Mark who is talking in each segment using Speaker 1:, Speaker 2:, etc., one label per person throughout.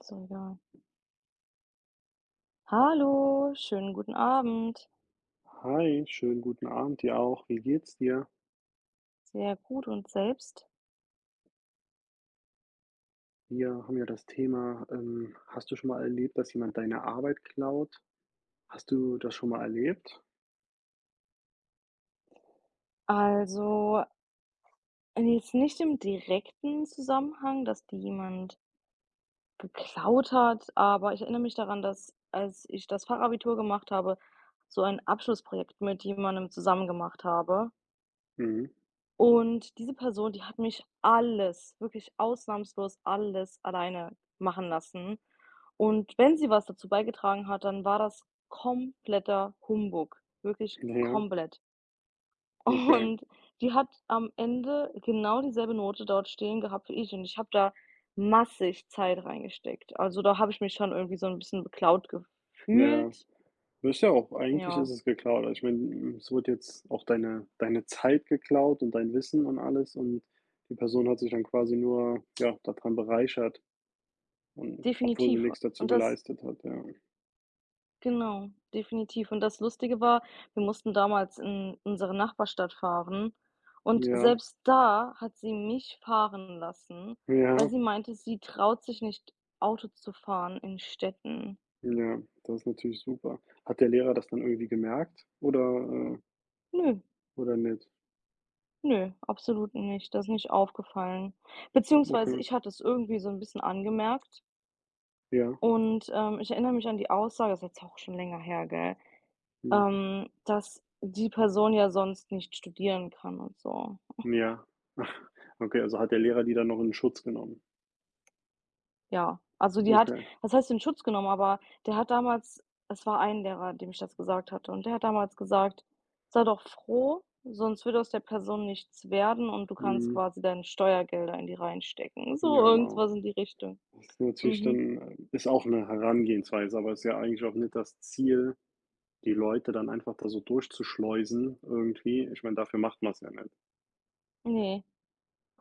Speaker 1: So, ja. Hallo, schönen guten Abend.
Speaker 2: Hi, schönen guten Abend dir auch. Wie geht's dir?
Speaker 1: Sehr gut und selbst?
Speaker 2: Wir haben ja das Thema, hast du schon mal erlebt, dass jemand deine Arbeit klaut? Hast du das schon mal erlebt?
Speaker 1: Also, jetzt nicht im direkten Zusammenhang, dass die jemand geklaut hat, aber ich erinnere mich daran, dass als ich das Fachabitur gemacht habe, so ein Abschlussprojekt mit jemandem zusammen gemacht habe.
Speaker 2: Mhm.
Speaker 1: Und diese Person, die hat mich alles, wirklich ausnahmslos alles alleine machen lassen. Und wenn sie was dazu beigetragen hat, dann war das kompletter Humbug, wirklich
Speaker 2: Ja,
Speaker 1: komplett.
Speaker 2: okay.
Speaker 1: Und die hat am Ende genau dieselbe Note dort stehen gehabt wie ich und ich habe da massig Zeit reingesteckt. Also, da habe ich mich schon irgendwie so 'n bisschen beklaut
Speaker 2: Ja.
Speaker 1: gefühlt.
Speaker 2: Das ist ja auch, eigentlich ist
Speaker 1: Ja,
Speaker 2: es geklaut. Also ich meine, es wird jetzt auch deine Zeit geklaut und dein Wissen und alles, und die Person hat sich dann quasi nur, ja, daran bereichert, und obwohl sie
Speaker 1: definitiv.
Speaker 2: nichts dazu
Speaker 1: Und das
Speaker 2: geleistet hat, ja.
Speaker 1: Genau, definitiv. Und das Lustige war, wir mussten damals in unsere Nachbarstadt fahren und
Speaker 2: Ja,
Speaker 1: selbst da hat sie mich fahren lassen,
Speaker 2: ja.
Speaker 1: weil sie meinte, sie traut sich nicht, Auto zu fahren in Städten.
Speaker 2: Ja, das ist natürlich super. Hat der Lehrer das dann irgendwie gemerkt oder, äh
Speaker 1: Nö,
Speaker 2: oder nicht?
Speaker 1: nö, absolut nicht. Das ist nicht aufgefallen. Beziehungsweise
Speaker 2: Okay,
Speaker 1: ich hatte es irgendwie so ein bisschen angemerkt
Speaker 2: ja,
Speaker 1: und, ich erinnere mich an die Aussage, das ist jetzt auch schon länger her, gell,
Speaker 2: mhm,
Speaker 1: dass die Person ja sonst nicht studieren kann und so.
Speaker 2: ja. Okay, also hat der Lehrer die dann noch in Schutz genommen?
Speaker 1: Ja, also die hat
Speaker 2: Okay,
Speaker 1: was heißt in Schutz genommen, aber der hat damals es war ein Lehrer, dem ich das gesagt hatte und der hat damals gesagt: „Sei doch froh, sonst wird aus der Person nichts werden und du kannst
Speaker 2: mhm,
Speaker 1: quasi deine Steuergelder in die reinstecken.“ So
Speaker 2: ja,
Speaker 1: irgend
Speaker 2: wow.
Speaker 1: was in die Richtung.
Speaker 2: Das ist natürlich
Speaker 1: Mhm.
Speaker 2: dann ist auch eine Herangehensweise, aber ist ja eigentlich auch nicht das Ziel, die Leute dann einfach da so durchzuschleusen irgendwie. Ich meine, dafür macht man es ja nicht.
Speaker 1: Ne.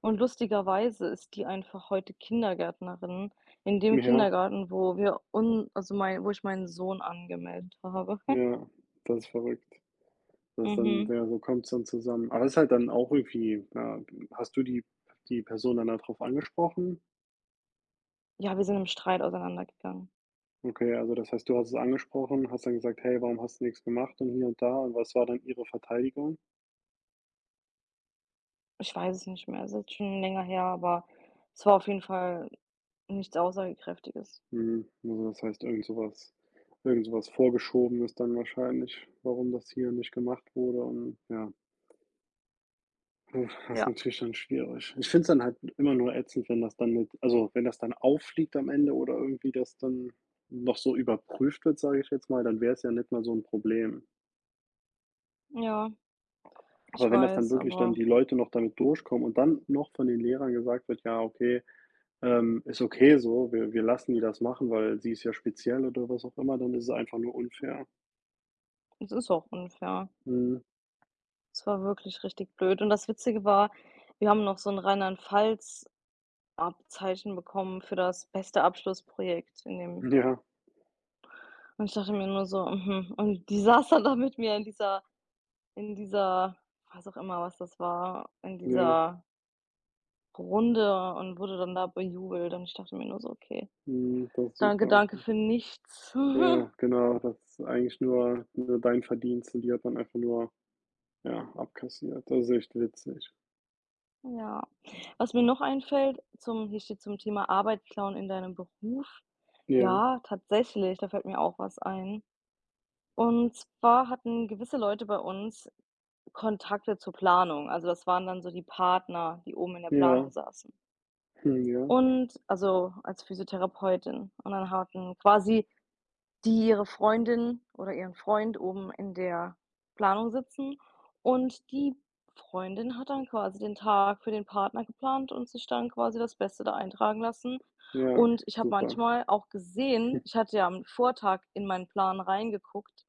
Speaker 1: Und lustigerweise ist die einfach heute Kindergärtnerin in dem
Speaker 2: Ja,
Speaker 1: Kindergarten, wo wir un also mein wo ich meinen Sohn angemeldet habe.
Speaker 2: ja, das ist verrückt. Das ist dann
Speaker 1: Mhm.
Speaker 2: ja, so kommt's dann zusammen. Aber es ist halt dann auch irgendwie ja, hast du die Person dann darauf angesprochen?
Speaker 1: Ja, wir sind im Streit auseinandergegangen.
Speaker 2: Okay, also das heißt, du hast es angesprochen, hast dann gesagt: „Hey, warum hast du nichts gemacht?“ und hier und da. Und was war dann ihre Verteidigung?
Speaker 1: Ich weiß es nicht mehr. Es ist schon länger her, aber es war auf jeden Fall nichts Aussagekräftiges.
Speaker 2: Mhm, also das heißt, irgend so vorgeschoben ist dann wahrscheinlich, warum das hier nicht gemacht wurde, und ja. Uff, das ist
Speaker 1: Ja,
Speaker 2: natürlich dann schwierig. Ich finde es dann halt immer nur ätzend, wenn das dann mit also, wenn das dann auffliegt am Ende oder irgendwie das dann noch so überprüft wird, sage ich jetzt mal, dann wäre es ja nicht mal so ein Problem.
Speaker 1: ja, ich
Speaker 2: Aber wenn das dann
Speaker 1: weiß,
Speaker 2: wirklich dann
Speaker 1: aber
Speaker 2: die Leute noch damit durchkommen und dann noch von den Lehrern gesagt wird: „Ja, okay, ist okay so, wir lassen die das machen, weil sie ist ja speziell“, oder was auch immer, dann ist es einfach nur unfair.
Speaker 1: es ist auch unfair.
Speaker 2: Mhm.
Speaker 1: Es war wirklich richtig blöd. Und das Witzige war, wir haben noch so ein Rheinland-Pfalz-Abzeichen bekommen für das beste Abschlussprojekt in dem
Speaker 2: Ja,
Speaker 1: und ich dachte mir nur so: „Mhm.“ Und die saß dann da mit mir in dieser was auch immer, was das war, in
Speaker 2: ja,
Speaker 1: dieser Runde und wurde dann da bejubelt und ich dachte mir nur so: „Okay.“
Speaker 2: mhm, das ist
Speaker 1: Danke,
Speaker 2: super.
Speaker 1: danke für nichts.
Speaker 2: Ja, genau, das ist eigentlich nur dein Verdienst, und die hat dann einfach nur, ja, abkassiert. Das ist echt witzig.
Speaker 1: Ja. Was mir noch einfällt zum hier steht zum Thema Arbeit klauen in deinem Beruf.
Speaker 2: Ja,
Speaker 1: Ja, tatsächlich, da fällt mir auch was ein. Und zwar hatten gewisse Leute bei uns Kontakte zur Planung. Also, das waren dann so die Partner, die oben in der Planung
Speaker 2: ja,
Speaker 1: saßen.
Speaker 2: hm, ja,
Speaker 1: Und also als Physiotherapeutin. Und dann hatten quasi die ihre Freundin oder ihren Freund oben in der Planung sitzen und die Freundin hat dann quasi den Tag für den Partner geplant und sich dann quasi das Beste da eintragen lassen.
Speaker 2: ja,
Speaker 1: Und ich habe
Speaker 2: super.
Speaker 1: manchmal auch gesehen, ich hatte ja am Vortag in meinen Plan reingeguckt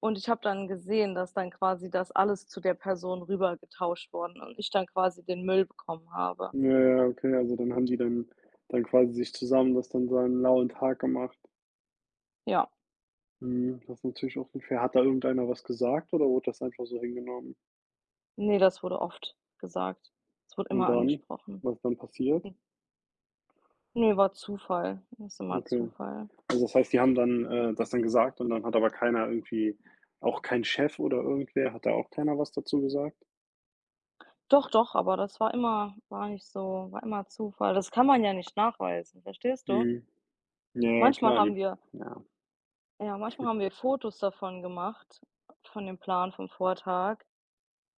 Speaker 1: und ich habe dann gesehen, dass dann quasi das alles zu der Person rüber getauscht worden und ich dann quasi den Müll bekommen habe.
Speaker 2: Ja, ja, okay, also dann haben die dann quasi sich zusammen das dann so einen lauen Tag gemacht.
Speaker 1: Ja,
Speaker 2: Mhm, das ist natürlich auch unfair. Hat da irgendeiner was gesagt, oder wurde das einfach so hingenommen?
Speaker 1: nee, das wurde oft gesagt. Es wurde
Speaker 2: Und
Speaker 1: immer
Speaker 2: dann?
Speaker 1: angesprochen.
Speaker 2: Was dann passiert?
Speaker 1: Ne, war Zufall. Ist immer
Speaker 2: Okay.
Speaker 1: Zufall.
Speaker 2: Also, das heißt, die haben dann, das dann gesagt, und dann hat aber keiner irgendwie, auch kein Chef oder irgendwer, hat da auch keiner was dazu gesagt?
Speaker 1: Doch, doch, aber das war immer war nicht so war immer Zufall. Das kann man ja nicht nachweisen, verstehst du?
Speaker 2: Mhm. Ja, ja,
Speaker 1: Manchmal
Speaker 2: klar, die
Speaker 1: haben wir
Speaker 2: ja,
Speaker 1: ja, manchmal haben wir Fotos davon gemacht, von dem Plan vom Vortag,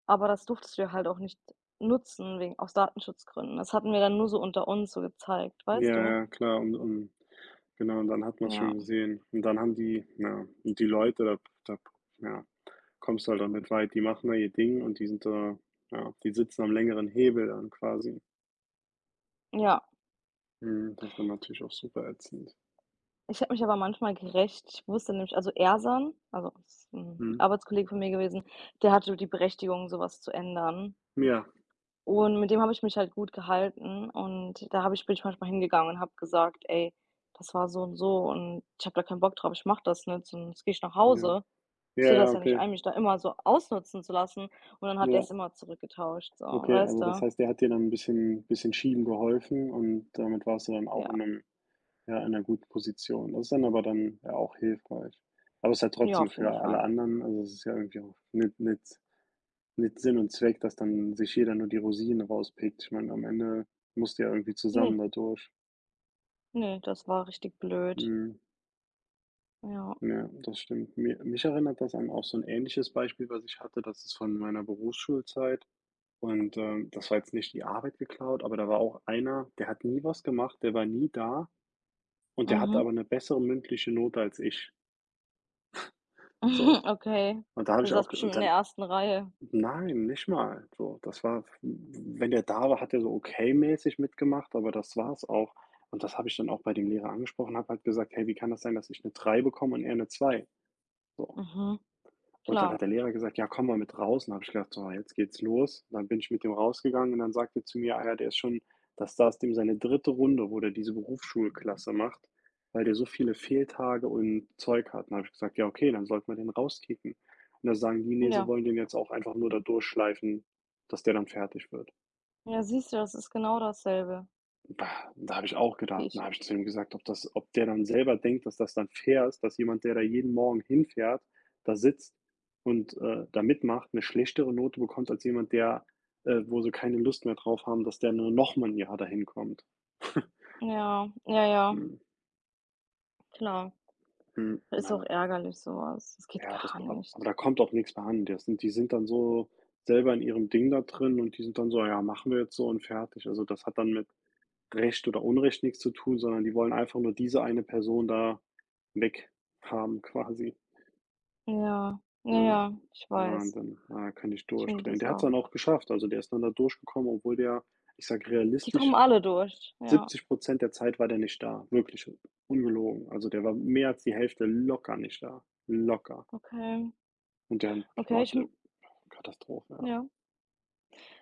Speaker 1: aber das durftest du ja halt auch nicht nutzen wegen aus Datenschutzgründen. Das hatten wir dann nur so unter uns so gezeigt, weißt
Speaker 2: ja,
Speaker 1: du?
Speaker 2: ja, klar. Und genau, und dann hat man es schon
Speaker 1: Ja,
Speaker 2: gesehen. Und dann haben die ja, und die Leute, da ja, kommst du halt auch weit. Die machen da ihr Ding, und die sind da ja, die sitzen am längeren Hebel dann quasi.
Speaker 1: ja.
Speaker 2: Mhm, das ist dann natürlich auch super ätzend.
Speaker 1: Ich habe mich aber manchmal gerecht. Ich wusste nämlich, also Ersan, also ist 'n
Speaker 2: Mhm.
Speaker 1: Arbeitskollege von mir gewesen, der hatte die Berechtigung, so was zu ändern.
Speaker 2: Ja,
Speaker 1: Und mit dem habe ich mich halt gut gehalten und da habe ich bin ich manchmal hingegangen und habe gesagt: „Ey, das war so und so und ich habe da keinen Bock drauf, ich mache das nicht, sonst gehe ich nach
Speaker 2: ja.
Speaker 1: Hause. Ich
Speaker 2: Ja,
Speaker 1: sehe
Speaker 2: ja,
Speaker 1: das ja nicht
Speaker 2: okay.
Speaker 1: ein, mich da immer so ausnutzen zu lassen.“ Und dann hat
Speaker 2: Ja,
Speaker 1: er's immer zurückgetauscht, so,
Speaker 2: okay,
Speaker 1: weißt
Speaker 2: also das
Speaker 1: du?
Speaker 2: heißt, der hat dir dann ein bisschen schieben geholfen, und damit warst du dann
Speaker 1: Ja.
Speaker 2: auch in einem ja, in einer guten Position. Das ist dann aber dann ja auch hilfreich. Aber es ist halt
Speaker 1: Ja,
Speaker 2: trotzdem
Speaker 1: auf
Speaker 2: für
Speaker 1: jeden
Speaker 2: alle
Speaker 1: Fall.
Speaker 2: anderen also, es ist ja irgendwie auch nicht mit Sinn und Zweck, dass dann sich jeder nur die Rosinen rauspickt. Ich meine, am Ende musst du ja irgendwie zusammen
Speaker 1: Ne,
Speaker 2: da durch.
Speaker 1: ne, das war richtig blöd.
Speaker 2: Mhm.
Speaker 1: Ja.
Speaker 2: Ja, das stimmt. mir. Mich erinnert das an auch so ein ähnliches Beispiel, was ich hatte. Das ist von meiner Berufsschulzeit, und das war jetzt nicht die Arbeit geklaut, aber da war auch einer, der hat nie was gemacht, der war nie da, und der hatte
Speaker 1: Mhm.
Speaker 2: aber eine bessere mündliche Note als ich. So.
Speaker 1: Okay.
Speaker 2: Und da habe
Speaker 1: Er
Speaker 2: ich
Speaker 1: saß
Speaker 2: auch,
Speaker 1: bestimmt
Speaker 2: und
Speaker 1: in der
Speaker 2: dann
Speaker 1: ersten Reihe.
Speaker 2: nein, nicht mal. So, das war, wenn der da war, hat er so okay-mäßig mitgemacht, aber das war's auch. Und das habe ich dann auch bei dem Lehrer angesprochen, habe halt gesagt: „Hey, wie kann das sein, dass ich eine drei bekomme und er eine zwei?“ So.
Speaker 1: Mhm,
Speaker 2: Und dann
Speaker 1: klar.
Speaker 2: hat der Lehrer gesagt: „Ja, komm mal mit raus.“ Und habe ich gedacht: „So, jetzt geht's los.“ Dann bin ich mit dem rausgegangen, und dann sagte zu mir einer, der ist schon, das da ist dem seine dritte Runde, wo der diese Berufsschulklasse macht, weil der so viele Fehltage und Zeug hat. Dann habe ich gesagt: „Ja, okay, dann sollten wir den rauskicken.“ Und da sagen die: „Ne, sie
Speaker 1: Ja.
Speaker 2: wollen den jetzt auch einfach nur da durchschleifen, dass der dann fertig wird.“
Speaker 1: Ja, siehst du, das ist genau dasselbe,
Speaker 2: Bah,
Speaker 1: wie ich,
Speaker 2: da habe ich zu ihm gesagt, ob der dann selber denkt, dass das dann fair ist, dass jemand, der da jeden Morgen hinfährt, da sitzt und da mitmacht, 'ne schlechtere Note bekommt als jemand, der wo sie keine Lust mehr drauf haben, dass der nur noch mal 'n Jahr dahin kommt.
Speaker 1: ja, ja, ja.
Speaker 2: Mhm,
Speaker 1: Klar,
Speaker 2: mhm,
Speaker 1: ist auch
Speaker 2: also,
Speaker 1: ärgerlich sowas. Was. Das geht
Speaker 2: ja, das
Speaker 1: gar
Speaker 2: ab aber
Speaker 1: nicht.
Speaker 2: da kommt auch nichts mehr an. Das sind die sind dann so selber in ihrem Ding da drin, und die sind dann so: „Ja, machen wir jetzt so und fertig.“ Also, das hat dann mit Recht oder Unrecht nichts zu tun, sondern die wollen einfach nur diese eine Person da weg haben quasi.
Speaker 1: Ja, ja,
Speaker 2: Ja,
Speaker 1: ja, ich weiß.
Speaker 2: Wahnsinn. Da kann ich
Speaker 1: Ich finde
Speaker 2: durchdrehen.
Speaker 1: das
Speaker 2: Der hat es
Speaker 1: auch.
Speaker 2: dann auch geschafft. Also, der ist dann da durchgekommen, obwohl der, ich sag
Speaker 1: Die kommen
Speaker 2: realistisch,
Speaker 1: alle durch. Ja,
Speaker 2: 70% der Zeit war der nicht da, wirklich ungelogen. Also, der war mehr als die Hälfte locker nicht da, locker.
Speaker 1: okay.
Speaker 2: Und dann
Speaker 1: Okay, ich
Speaker 2: Gott,
Speaker 1: mu
Speaker 2: Katastrophe, ja.
Speaker 1: ja.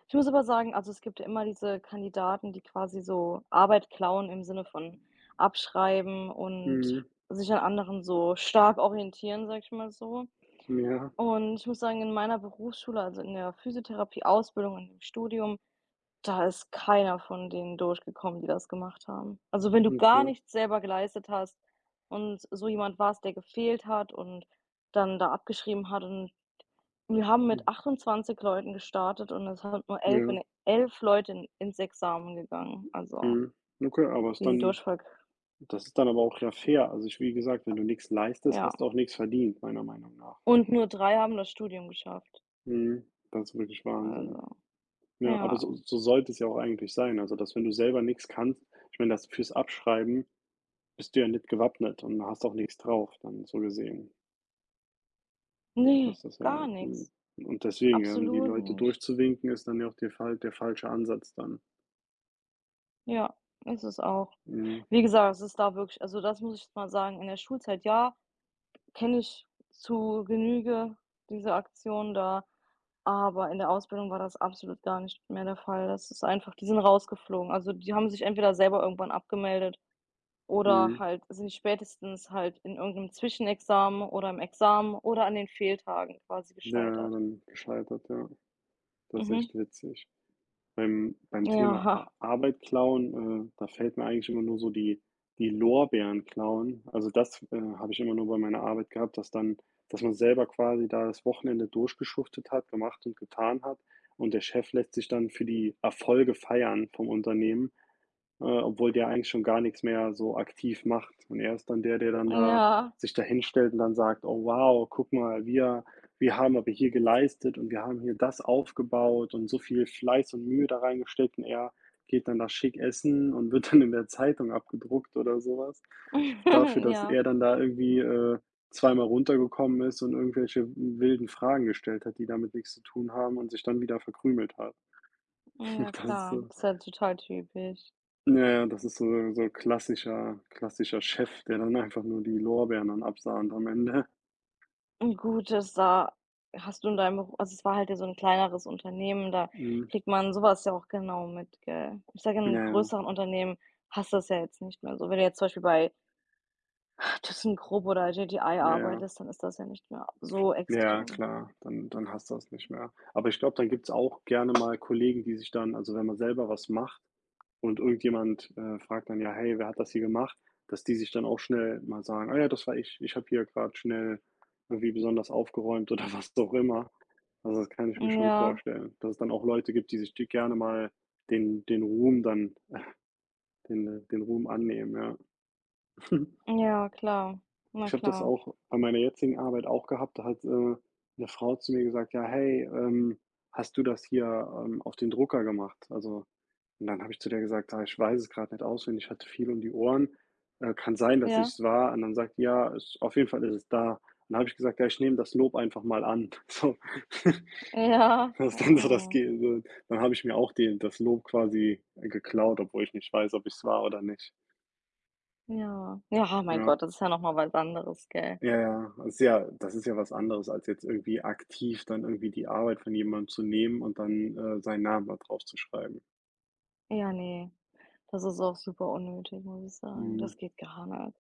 Speaker 1: Ich muss aber sagen, also, es gibt ja immer diese Kandidaten, die quasi so Arbeit klauen im Sinne von abschreiben und
Speaker 2: Mhm.
Speaker 1: sich an anderen so stark orientieren, sag ich mal so.
Speaker 2: Ja,
Speaker 1: Und ich muss sagen, in meiner Berufsschule, also in der Physiotherapie-Ausbildung und im Studium. Da ist keiner von denen durchgekommen, die das gemacht haben. Also, wenn du gar
Speaker 2: okay.
Speaker 1: nichts selber geleistet hast und so jemand warst, der gefehlt hat und dann da abgeschrieben hat, und wir haben
Speaker 2: Hm,
Speaker 1: mit 28 Leuten gestartet und es sind nur elf, in
Speaker 2: ja.
Speaker 1: 11 Leute in ins Examen gegangen, also
Speaker 2: Mhm. Okay, aber ist
Speaker 1: die
Speaker 2: dann
Speaker 1: Durchfall
Speaker 2: das ist dann aber auch ja fair. Also, ich, wie gesagt, wenn du nichts leistest,
Speaker 1: ja.
Speaker 2: hast du auch nichts verdient, meiner Meinung nach.
Speaker 1: Und nur 3 haben das Studium geschafft.
Speaker 2: Mhm. Das ist wirklich Wahnsinn.
Speaker 1: Also,
Speaker 2: Ja, aber
Speaker 1: ja.
Speaker 2: so sollte es ja auch eigentlich sein. Also, dass wenn du selber nichts kannst, ich meine, das fürs Abschreiben bist du ja nicht gewappnet und hast auch nichts drauf dann so gesehen.
Speaker 1: Ne,
Speaker 2: Das ist
Speaker 1: gar
Speaker 2: ja mhm.
Speaker 1: nichts.
Speaker 2: Und deswegen, die
Speaker 1: Absolut
Speaker 2: Leute
Speaker 1: nicht.
Speaker 2: durchzuwinken, ist dann ja auch der falsche Ansatz dann.
Speaker 1: Ja, ist es auch.
Speaker 2: Mhm,
Speaker 1: Wie gesagt, es ist da wirklich, also, das muss ich jetzt mal sagen, in der Schulzeit, ja, kenne ich zu Genüge diese Aktion da, aber in der Ausbildung war das absolut gar nicht mehr der Fall. Das ist einfach, die sind rausgeflogen. Also, die haben sich entweder selber irgendwann abgemeldet oder
Speaker 2: mhm.
Speaker 1: halt sind spätestens halt in irgend 'nem Zwischenexamen oder im Examen oder an den Fehltagen quasi
Speaker 2: Ja,
Speaker 1: gescheitert.
Speaker 2: dann gescheitert, ja. Das ist
Speaker 1: Mhm.
Speaker 2: echt witzig. Beim Thema
Speaker 1: Ja,
Speaker 2: A Arbeit klauen, da fällt mir eigentlich immer nur so die Lorbeeren klauen. Also, das, habe ich immer nur bei meiner Arbeit gehabt, dass man selber quasi da das Wochenende durchgeschuftet hat, gemacht und getan hat, und der Chef lässt sich dann für die Erfolge feiern vom Unternehmen, obwohl der eigentlich schon gar nichts mehr so aktiv macht. Und er ist dann der, der dann da
Speaker 1: ja,
Speaker 2: sich da hinstellt und dann sagt: „Oh wow, guck mal, wir haben aber hier geleistet, und wir haben hier das aufgebaut und so viel Fleiß und Mühe da reingesteckt.“ Und er geht dann da schick essen und wird dann in der Zeitung abgedruckt oder sowas, dafür, dass
Speaker 1: ja,
Speaker 2: er dann da irgendwie, zweimal runtergekommen ist und irgendwelche wilden Fragen gestellt hat, die damit nichts zu tun haben, und sich dann wieder verkrümelt hat.
Speaker 1: ja,
Speaker 2: das,
Speaker 1: klar.
Speaker 2: äh
Speaker 1: Ist ja total typisch.
Speaker 2: ja, ja, das ist so klassischer Chef, der dann einfach nur die Lorbeeren dann absahnt am Ende.
Speaker 1: Hm, gut, das da hast du in deinem Beru also, es war halt ja so ein kleineres Unternehmen, da
Speaker 2: Mhm.
Speaker 1: kriegt man sowas ja auch genau mit, gell? Ich sage, in
Speaker 2: Ja,
Speaker 1: einem
Speaker 2: ja,
Speaker 1: größeren Unternehmen hast du das ja jetzt nicht mehr so. Wenn du jetzt zum Beispiel bei ThyssenKrupp oder JDI
Speaker 2: ja, ja.
Speaker 1: arbeitest, dann ist das ja nicht mehr so
Speaker 2: Ja,
Speaker 1: extrem.
Speaker 2: klar, dann hast du das nicht mehr. Aber ich glaube, dann gibt's auch gerne mal Kollegen, die sich dann also, wenn man selber was macht und irgendjemand, fragt dann: „Ja, hey, wer hat das hier gemacht?“ Dass die sich dann auch schnell mal sagen: „Ah ja, das war ich. Ich habe hier gerade schnell irgendwie besonders aufgeräumt“ oder was auch immer. Also, das kann ich mir schon
Speaker 1: Ja,
Speaker 2: vorstellen, dass es dann auch Leute gibt, die sich, die gerne mal den den Ruhm dann den Ruhm annehmen, ja.
Speaker 1: ja, klar. Na
Speaker 2: Ich habe das
Speaker 1: klar.
Speaker 2: auch bei meiner jetzigen Arbeit auch gehabt. Da hat 'ne Frau zu mir gesagt: „Ja, hey, hast du das hier, auf den Drucker gemacht?“ Also, und dann habe ich zu der gesagt: „Ah, ich weiß es gerade nicht auswendig, ich hatte viel um die Ohren. Kann sein, dass ich
Speaker 1: Ja,
Speaker 2: es war.“ Und dann sagt die: „Ja, es auf jeden Fall ist es da.“ Und dann habe ich gesagt: „Ja, ich nehme das Lob einfach mal an.“ So.
Speaker 1: ja,
Speaker 2: Das ist dann so das
Speaker 1: oh,
Speaker 2: Ge so dann habe ich mir auch den das Lob quasi geklaut, obwohl ich nicht weiß, ob ich es war oder nicht.
Speaker 1: ja. Ja, mein
Speaker 2: Ja.
Speaker 1: Gott, das ist ja noch mal was anderes, gell?
Speaker 2: Ja, ja, das ist ja was anderes, als jetzt irgendwie aktiv dann irgendwie die Arbeit von jemandem zu nehmen und dann, seinen Namen da drauf zu schreiben.
Speaker 1: Ja, nee, das ist auch super unnötig, muss ich sagen.
Speaker 2: Mhm.
Speaker 1: Das geht gar nicht.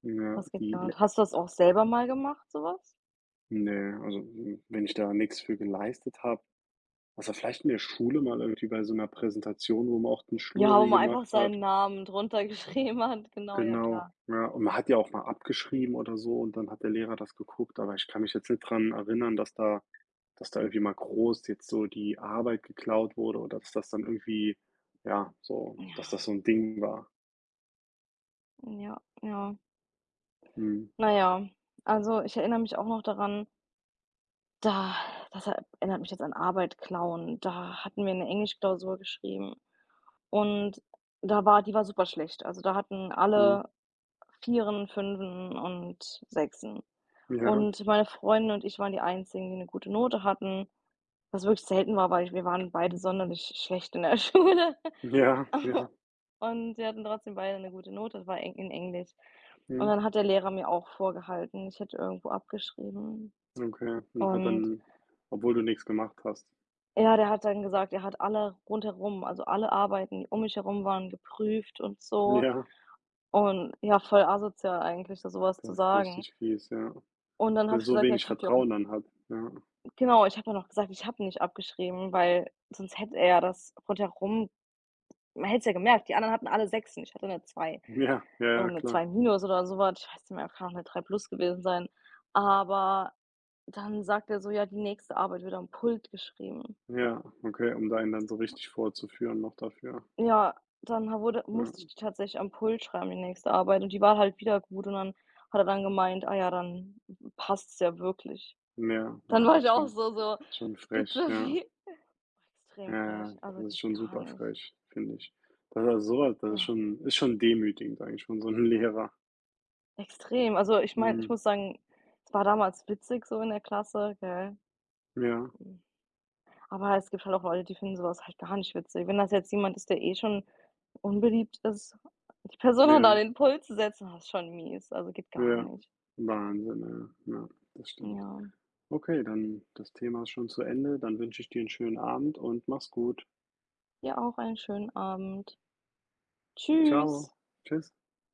Speaker 2: Ja,
Speaker 1: Das geht
Speaker 2: die
Speaker 1: gar
Speaker 2: le
Speaker 1: nicht. Hast du das auch selber mal gemacht, sowas?
Speaker 2: ne, also, wenn ich da nichts für geleistet habe, also vielleicht in der Schule mal irgendwie bei so einer Präsentation, wo man auch den
Speaker 1: Ja, wo
Speaker 2: Schluri
Speaker 1: man einfach
Speaker 2: gemacht
Speaker 1: seinen
Speaker 2: hat.
Speaker 1: Namen drunter geschrieben hat. Genau, ja
Speaker 2: Genau,
Speaker 1: klar.
Speaker 2: ja, und man hat ja auch mal abgeschrieben oder so, und dann hat der Lehrer das geguckt, aber ich kann mich jetzt nicht dran erinnern, dass da irgendwie mal groß jetzt so die Arbeit geklaut wurde, oder dass das dann irgendwie ja, so, dass
Speaker 1: Ja,
Speaker 2: das so ein Ding war.
Speaker 1: ja, ja.
Speaker 2: Mhm.
Speaker 1: Na ja, also, ich erinnere mich auch noch daran, da das erinnert mich jetzt an Arbeit klauen. Da hatten wir eine Englischklausur geschrieben und da war die war super schlecht. Also, da hatten
Speaker 2: Mhm.
Speaker 1: alle Vieren, Fünfen und Sechsen.
Speaker 2: Ja.
Speaker 1: Und meine Freundin und ich waren die einzigen, die eine gute Note hatten, was wirklich selten war, weil wir waren beide sonderlich schlecht in der Schule.
Speaker 2: Ja, ja.
Speaker 1: Und wir hatten trotzdem beide eine gute Note, das war Eng in Englisch. Und
Speaker 2: Mhm.
Speaker 1: dann hat der Lehrer mir auch vorgehalten, ich hätte irgendwo abgeschrieben.
Speaker 2: Okay. Und hat
Speaker 1: Und
Speaker 2: dann, obwohl du nichts gemacht hast.
Speaker 1: ja, der hat dann gesagt, er hat alle rundherum, also alle Arbeiten, die um mich herum waren, geprüft und so.
Speaker 2: Ja,
Speaker 1: Und ja, voll asozial eigentlich, da so was
Speaker 2: das
Speaker 1: zu
Speaker 2: ist
Speaker 1: sagen.
Speaker 2: richtig fies, ja.
Speaker 1: Und dann habe
Speaker 2: Weil
Speaker 1: ich
Speaker 2: so
Speaker 1: gesagt: „Ja,
Speaker 2: wenig
Speaker 1: ich habe ja auch.“
Speaker 2: Vertrauen dann hat, ja.
Speaker 1: Genau, ich habe ja noch gesagt, ich habe nicht abgeschrieben, weil sonst hätte er das rundherum man hätte es ja gemerkt, die anderen hatten alle Sechsen, ich hatte 'ne Zwei.
Speaker 2: Ja, ja,
Speaker 1: Oder
Speaker 2: ja,
Speaker 1: eine
Speaker 2: klar.
Speaker 1: Zwei minus oder sowas. Ich weiß nicht mehr, kann auch eine Drei plus gewesen sein. Aber dann sagt er so: „Ja, die nächste Arbeit wird am Pult geschrieben.“
Speaker 2: Ja, okay, um da einen dann so richtig vorzuführen noch dafür.
Speaker 1: Ja, dann ha wurde
Speaker 2: Ja.
Speaker 1: musste ich die tatsächlich am Pult schreiben, die nächste Arbeit, und die war halt wieder gut, und dann hat er dann gemeint: „Ah ja, dann passt's ja wirklich.“
Speaker 2: Ja,
Speaker 1: Dann war
Speaker 2: ah,
Speaker 1: ich
Speaker 2: ist
Speaker 1: auch
Speaker 2: schon
Speaker 1: so:
Speaker 2: schon frech,
Speaker 1: „Bitte,
Speaker 2: ja.
Speaker 1: wie?“
Speaker 2: Ja,
Speaker 1: Extrem frech,
Speaker 2: ja,
Speaker 1: also
Speaker 2: das ist
Speaker 1: geht
Speaker 2: schon
Speaker 1: gar
Speaker 2: super
Speaker 1: nicht.
Speaker 2: frech, finde ich. Das ist so, das ist
Speaker 1: Ja,
Speaker 2: schon ist schon demütigend eigentlich von so einem Lehrer.
Speaker 1: extrem. Also, ich meine, ich
Speaker 2: Mhm.
Speaker 1: muss sagen, es war damals witzig so in der Klasse, gell?
Speaker 2: Ja,
Speaker 1: Aber es gibt halt auch Leute, die finden sowas halt gar nicht witzig. Wenn das jetzt jemand ist, der eh schon unbeliebt ist, die Person dann da
Speaker 2: ja,
Speaker 1: den Impuls zu setzen, das ist schon mies. Also, geht gar
Speaker 2: ja.
Speaker 1: nicht.
Speaker 2: Wahnsinn, ja, ja, das stimmt.
Speaker 1: Ja.
Speaker 2: Okay, dann das Thema ist schon zu Ende. Dann wünsche ich dir einen schönen Abend und mach's gut.
Speaker 1: Dir auch einen schönen Abend. Tschüss.
Speaker 2: Ciao. Tschüss.